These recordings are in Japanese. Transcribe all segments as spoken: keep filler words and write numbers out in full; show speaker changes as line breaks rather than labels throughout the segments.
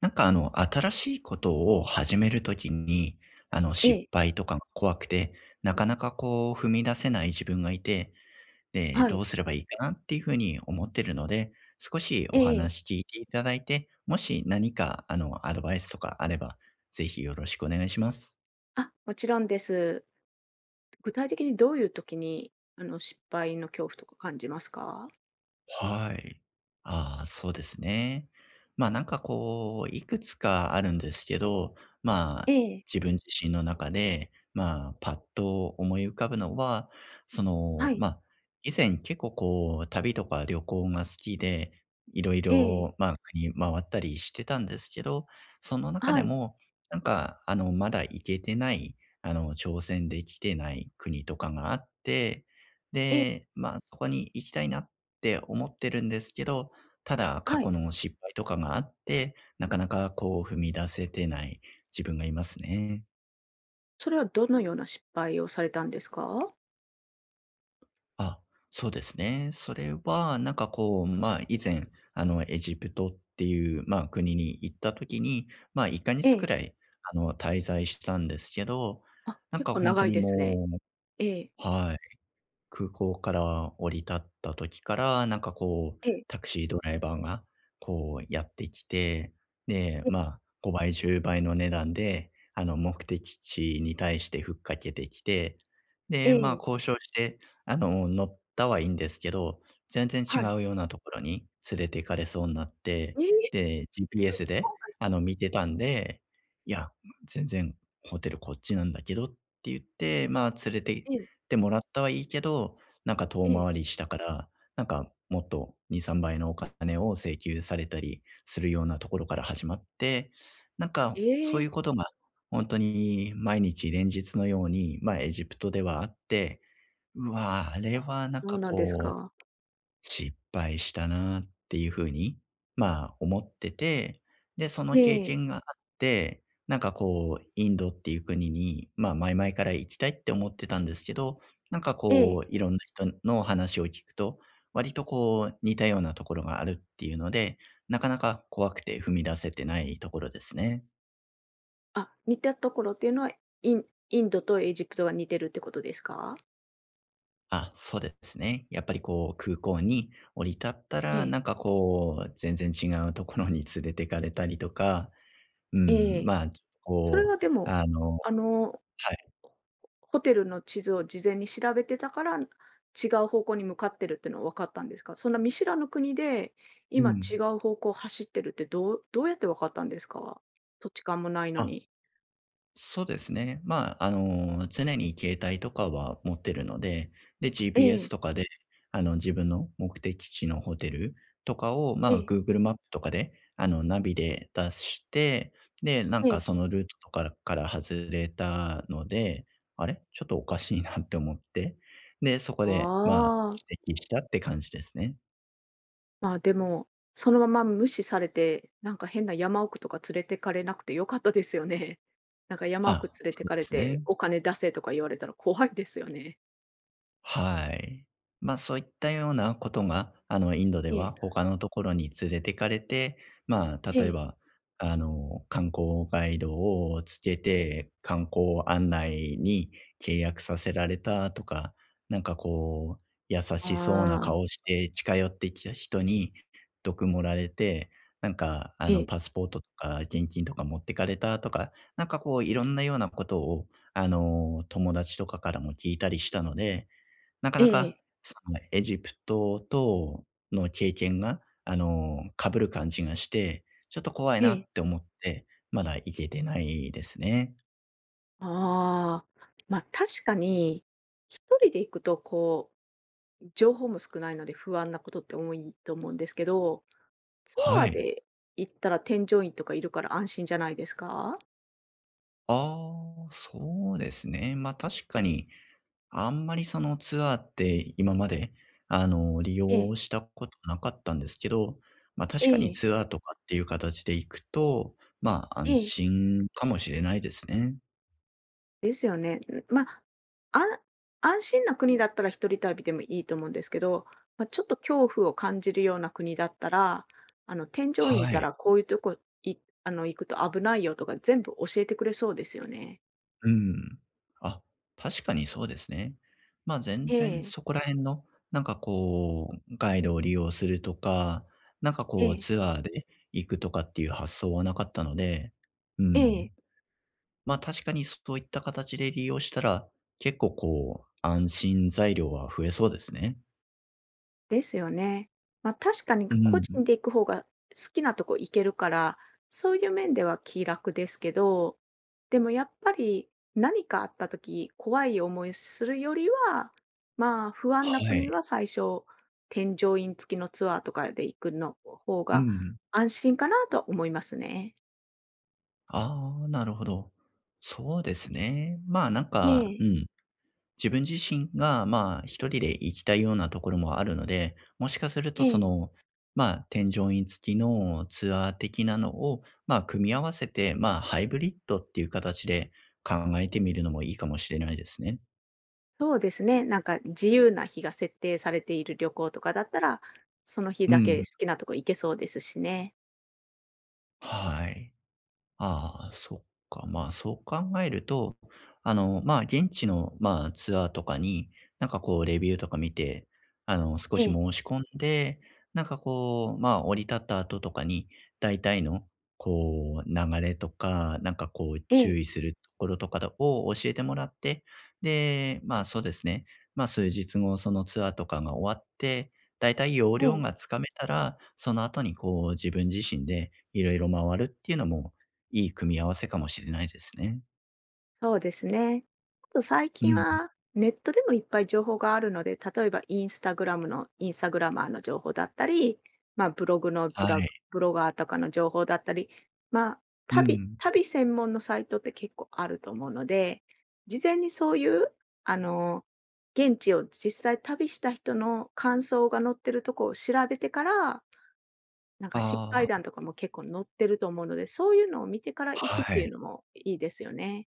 なんかあの、新しいことを始めるときに、あの、
え
失
え、
敗とかが怖くて、なかなかこう踏み出せない自分がいて、で、
は
ど
い。
うすればいいかなっていうふうに思ってるので、少し
え
お
えええ。
話聞いていただいて、もし何かあの、アドバイスとかあれば、ぜひよろしくお願いします。
あ、もちろんです。具体的にどういう時に、あの、失敗の恐怖とか感じますか？
はい。ああ、そうですね。まあ、なんかこう、いくつかあるんですけど、ま
え
あ、
え、
自分自身の中で、まあ、パッと思い浮かぶのは、そ
は
の、
い、
まあ、以前結構こう、旅とか旅行が好きで、いろい
ええ、
ろ、まあ、国回ったりしてたんですけど、その中
は
で
い、
も、なんか、あの、まだ行けてない、あの、挑戦できてない国とかがあって、
ええ、
で、まあ、そこに行きたいなって思ってるんですけど、ただ過
は
去
い。
の失敗とかがあって、なかなかこう踏み出せてない自分がいますね。
それはどのような失敗をされたんですか？
あ、そうですね。それはなんかこう、まあ以前、あのエジプトっていう、まあ国に行った時に、まあ1か
え
月く
え。
らいあの滞在したんですけど、
あ、
なん
結
か
構
本
長
当
い
に
ですね。
もう、
ええ、
はい、空港から降り立った時から、なんかこう、
ええ、
タクシードライバーが、こうやってきて、で、
ええ、
まあ、ごばい、じゅうばいの値段で、あの、目的地に対してふっかけてきて、
え
で、まあ、
え、
交渉して、あの、乗ったはいいんですけど、全然違
はい。
うようなところに連れて行かれそうになって、
ええ！
で、ジーピーエス で、あの、見てたんで、いや、全然ホテルこっちなんだけどって言って、まあ、連れて
ええ、
てもらったはいいけど、なんか
え
遠
え、
回りしたから、なんかもっとに、さんばいのお金を請求されたりするようなところから始まって、なんか
え
そういう
え。
ことが本当に毎日連日のように、ま、あエジプトではあって、うわあ、あれ
あ、
はなん
そう
か
なんです
こう
か。
失敗したなっていう風に、まあ、思ってて、で、その
え
経
え、
験があって、なんかこう、インドっていう国に、まあ、前々から行きたいって思ってたんですけど、なんか
ええ。
こう、いろんな人の話を聞くと、割とこう、似たようなところがあるっていうので、なかなか怖くて踏み出せてないところですね。
あ、似たところっていうのは、インインドとエジプトが似てるってことですか？
あ、そうですね。やっぱりこう、空港に降り立った
え
ら、
え。
なんかこう、全然違うところに連れてかれたりとか、う
え
ん、
え。
まあ、
それ
こ
は
う、
でも、
あの
あの、
はい。
ホテルの地図を事前に調べてたから、違う方向に向かってるってのは分かったんですか？そんな見知らぬ国で、
う
今違
ん。
う方向走ってるってどうどうやって分かったんですか？土地勘もないの
あ、
に。
そうですね。まあ、あの、常に携帯とかは持ってるので、で、
え
ジーピーエス
え、
とかで、あの、自分の目的地のホテルとかを、
え
まあ、
え、
グーグル マップとかで、あの、ナビで出して、で、な
え
んか
え。
そのルートとかから外れたので、あれ、ちょっとおかしいなって思って、で、そこ
あ
で、まあ、
あ、
指摘したって感じですね。
まあ、でも、そのまま無視されて、なんか変な山奥とか連れてかれなくて良かったですよね。なんか山奥
あ、
連れ
そ
て
う
か
で
れ
す
て、
ね。
お金出せとか言われたら怖いですよね。
はい。ま、そういったようなことが、あの、インドで
ええ、
は他のところに連れてかれて、まあ、
え
例え
え。
ば、あの、観光ガイドをつけて、観光案内に契約させられたとか、なんかこう、優
あ
しそうな
あ、
顔して近寄ってきた人に毒盛られて、なんか、あ
え
の、
え、
パスポートとか現金とか持ってかれたとか、なんかこういろんなようなことを、あの、友達とかからも聞いたりしたので、なか
え
なか、
え
そのエジプトとの経験が、あの、かぶる感じがして、ちょっと怖い
え
な
え。
って思って、まだ行けてないですね。
ああ、ま、あ確かに、一人で行くとこう、情報も少ないので不安なことって多いと思うんですけど、ツア
は
ー
い。
で行ったら添乗員とかいるから安心じゃないですか？
ああ、そうですね。ま、確かに、あんまりそのツアーって今まで、あの、利
ええ、
用したことなかったんですけど、ま、
え
確かに
え、
ツアーとかっていう形で行くと、まあ、安
ええ。
心かもしれないですね。
ですよね。ん、まあ、あ安心な国だったら一人旅でもいいと思うんですけど、まあ、ちょっと恐怖を感じるような国だったら、あの、添乗員い
は
た
い。
らこういうとこ、いあの、行くと危ないよとか全部教えてくれそうですよね。
うん。あ、確かにそうですね。まあ、全
え
然
え、
そこら辺の、なんかこう、ガイドを利用するとか、なんか
え
こう
え、
ツアーで行くとかっていう発想はなかったので、う
え
ん。
え。
まあ、確かにそういった形で利用したら、結構こう、安心材料は増えそうですね。
ですよね。まあ、確かに
う
個人
ん。
で行く方が好きなとこ行けるから、そういう面では気楽ですけど、でもやっぱり何かあった時、怖い思いするよりは、まあ、不安
は
な国
い。
は最初、添乗員付きのツアーとかで行くの方
う
が
ん。
安心かなとは思いますね。
ああ、なるほど。そうですね。まあ、なんか、う
ええ、
ん、自分自身が、まあ、一人で行きたいようなところもあるので、もしかする
え
とそ
え、
の、まあ、添乗員付きのツアー的なのを、まあ、組み合わせて、まあ、ハイブリッドっていう形で考えてみるのもいいかもしれないですね。
そうですね。なんか自由な日が設定されている旅行とかだったら、その日
う
だけ好
ん。
きなとこ行けそうですしね。
はい。ああ、そっか。まあ、そう考えると、あの、まあ、現地の、まあ、ツアーとかに、なんかこう、レビューとか見て、あの、少
え
し
え、
申し込んで、なんかこう、まあ、降り立った後とかに、大体の、こう、流れとか、なんかこう、
ええ。
注意するところとかを教えてもらって、で、まあ、そうですね。まあ、数日後、そのツアーとかが終わって、大体要
え
領が
え、
つかめたら、その後にこう、自分自身でいろいろ回るっていうのもいい組み合わせかもしれないですね。
そうですね。あと最
う
近
ん。
はネットでもいっぱい情報があるので、例えばインスタグラムのインスタグラマーの情報だったり、まあ、ブログのブ
は
ラグ
い。
ブロガーとかの情報だったり、まあ、
う
旅、
ん。
旅専門のサイトって結構あると思うので、事前にそういう、あの、現地を実際旅した人の感想が載ってるとこを調べてから、なんか失
あ
敗談と
あ、
かも結構載ってると思うので、そういうのを見てから行くっ
は
ていう
い。
のもいいですよね。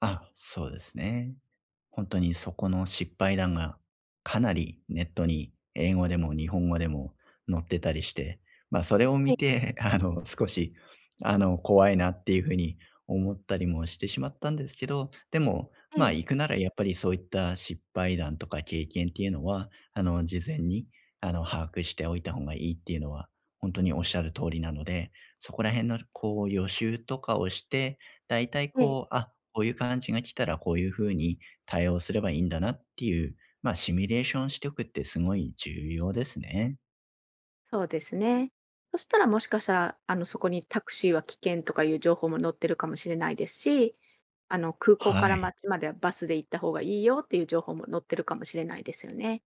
あ、そうですね。本当にそこの失敗談が、かなりネットに英語でも日本語でも載ってたりして、ま、あそれを見て、あの、少し、あの、怖いなっていうふうに思ったりもしてしまったんですけど、でも、
え
まあ、
え、
行くならやっぱりそういった失敗談とか経験っていうのは、あの、事前に、あの、把握しておいた方がいいっていうのは、本当におっしゃる通りなので、そこら辺のこう予習とかをして、大体
ええ、
こう、あ、こういう感じが来たらこういう風に対応すればいいんだなっていう、まあ、シミュレーションしておくってすごい重要ですね。
そうですね。そしたらもしかしたら、あの、そこにタクシーは危険とかいう情報も載ってるかもしれないですし、あの、空港
は
から
い。
街まではバスで行った方がいいよっていう情報も載ってるかもしれないですよね。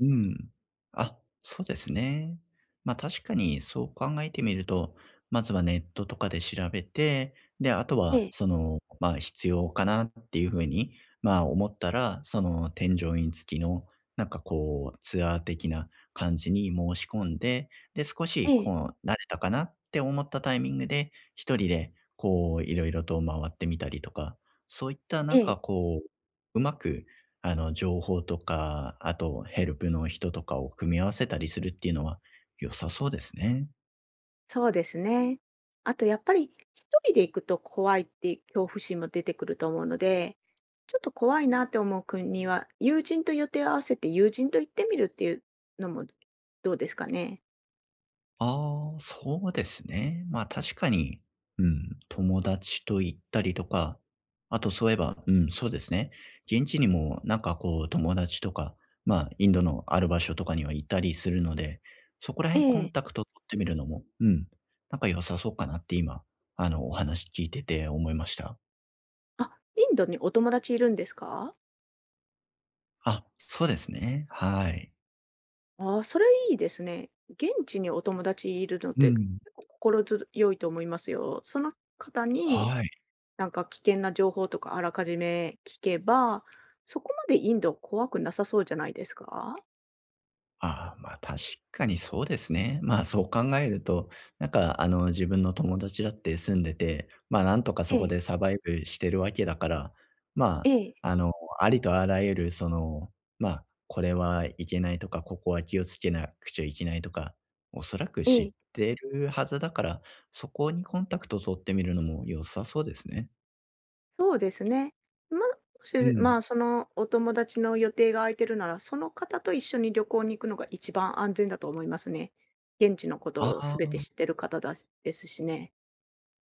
うん。あ、そうですね。まあ、確かにそう考えてみると、まずはネットとかで調べて、で、あと
え
は
え、
その、まあ、必要かなっていう風に、まあ、思ったら、その添乗員付きの、なんかこう、ツアー的な感じに申し込んで、で、少
え
しこ
え、
う、慣れたかなって思ったタイミングで、一人でこう、いろいろと回ってみたりとか、そういったな
え
んか
え、
こう、うまくあの、情報とか、あとヘルプの人とかを組み合わせたりするっていうのは良さそうですね。
そうですね。あとやっぱり一人で行くと怖いって恐怖心も出てくると思うので、ちょっと怖いなって思う国は、友人と予定を合わせて友人と行ってみるっていうのもどうですかね。
ああ、そうですね。まあ確かに、うん、友達と行ったりとか、あとそういえば、うん、そうですね。現地にもなんかこう友達とか、まあインドのある場所とかにはいたりするので、そこら
え
辺コン
え、
タクト取ってみるのも、うん、なんか良さそうかなって今、あの、お話聞いてて思いました。
あ、インドにお友達いるんですか？
あ、そうですね。はい。
ああ、それいいですね。現地にお友達いるのっ
う
て、結
ん。
構心強いと思いますよ。その方に、
はい。
なんか危険な情報とかあらかじめ聞けば、そこまでインド怖くなさそうじゃないですか？
ああ、ま、確かにそうですね。まあ、そう考えると、なんか、あの、自分の友達だって住んでて、ま、なんとかそ
え
こ
え、
でサバイブしてるわけだから、
え
ま
え、
あ、あの、ありとあらゆるその、ま、これはいけないとか、ここは気をつけなくちゃいけないとか、おそらく
え
知っ
え、
てるはずだから、そこにコンタクト取ってみるのも良さそうですね。
そうですね。ま、も
う
し、ま
ん。
あ、そのお友達の予定が空いてるなら、その方と一緒に旅行に行くのが一番安全だと思いますね。現地のこと
あ
を全
あ。
て知ってる方だですしね。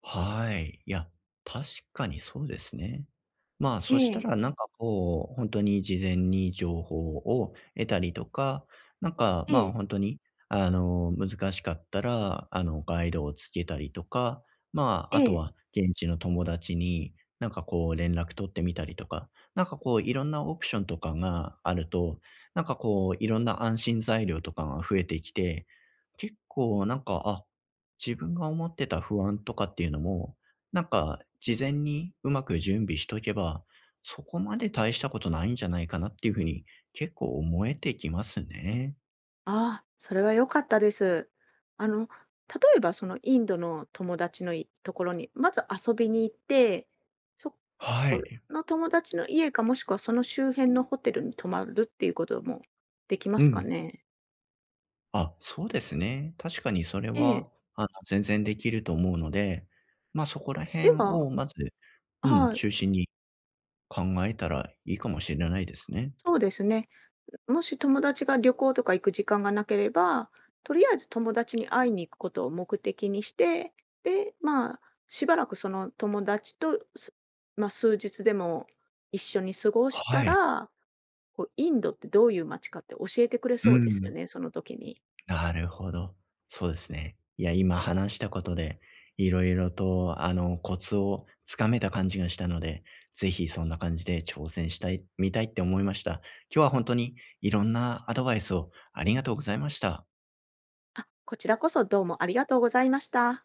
はい。いや、確かにそうですね。まあ、
え
そした
え、
らなんかこう、本当に事前に情報を得たりとか、なんか、
え
まあ、
え、
本当に、あの、難しかったら、あの、ガイドをつけたりとか、まあ、
え
あと
え。
は現地の友達に、なんかこう連絡取ってみたりとか、なんかこういろんなオプションとかがあると、なんかこういろんな安心材料とかが増えてきて、結構なんか、あ自分が思ってた不安とかっていうのも、なんか事前にうまく準備しとけば、そこまで大したことないんじゃないかなっていうふうに結構思えてきますね。
ああ、それは良かったです。あの、例えばそのインドの友達のいところに、まず遊びに行って、そ
は
こ
い。
の友達の家か、もしくはその周辺のホテルに泊まるっていうこともできま
う
すか
ん。
ね？
あ、そうですね。確かにそれ
ええ、
は、あの、全然できると思うので、まあそこら辺
では、
をまず、うん、
はい、
中心に考えたらいいかもしれないですね。
そうですね。もし友達が旅行とか行く時間がなければ、とりあえず友達に会いに行くことを目的にして、で、まあ、しばらくその友達と、すまあ、数日でも一緒に過ごした
はい。
ら、こうインドってどういう街かって教えてくれ
う
そうですよ
ん。
ね、その時に。
なるほど。そうですね。いや、今話したことで、いろいろと、あの、コツをつかめた感じがしたので、ぜひそんな感じで挑戦したい、みたいって思いました。今日は本当にいろんなアドバイスをありがとうございました。
あ、こちらこそどうもありがとうございました。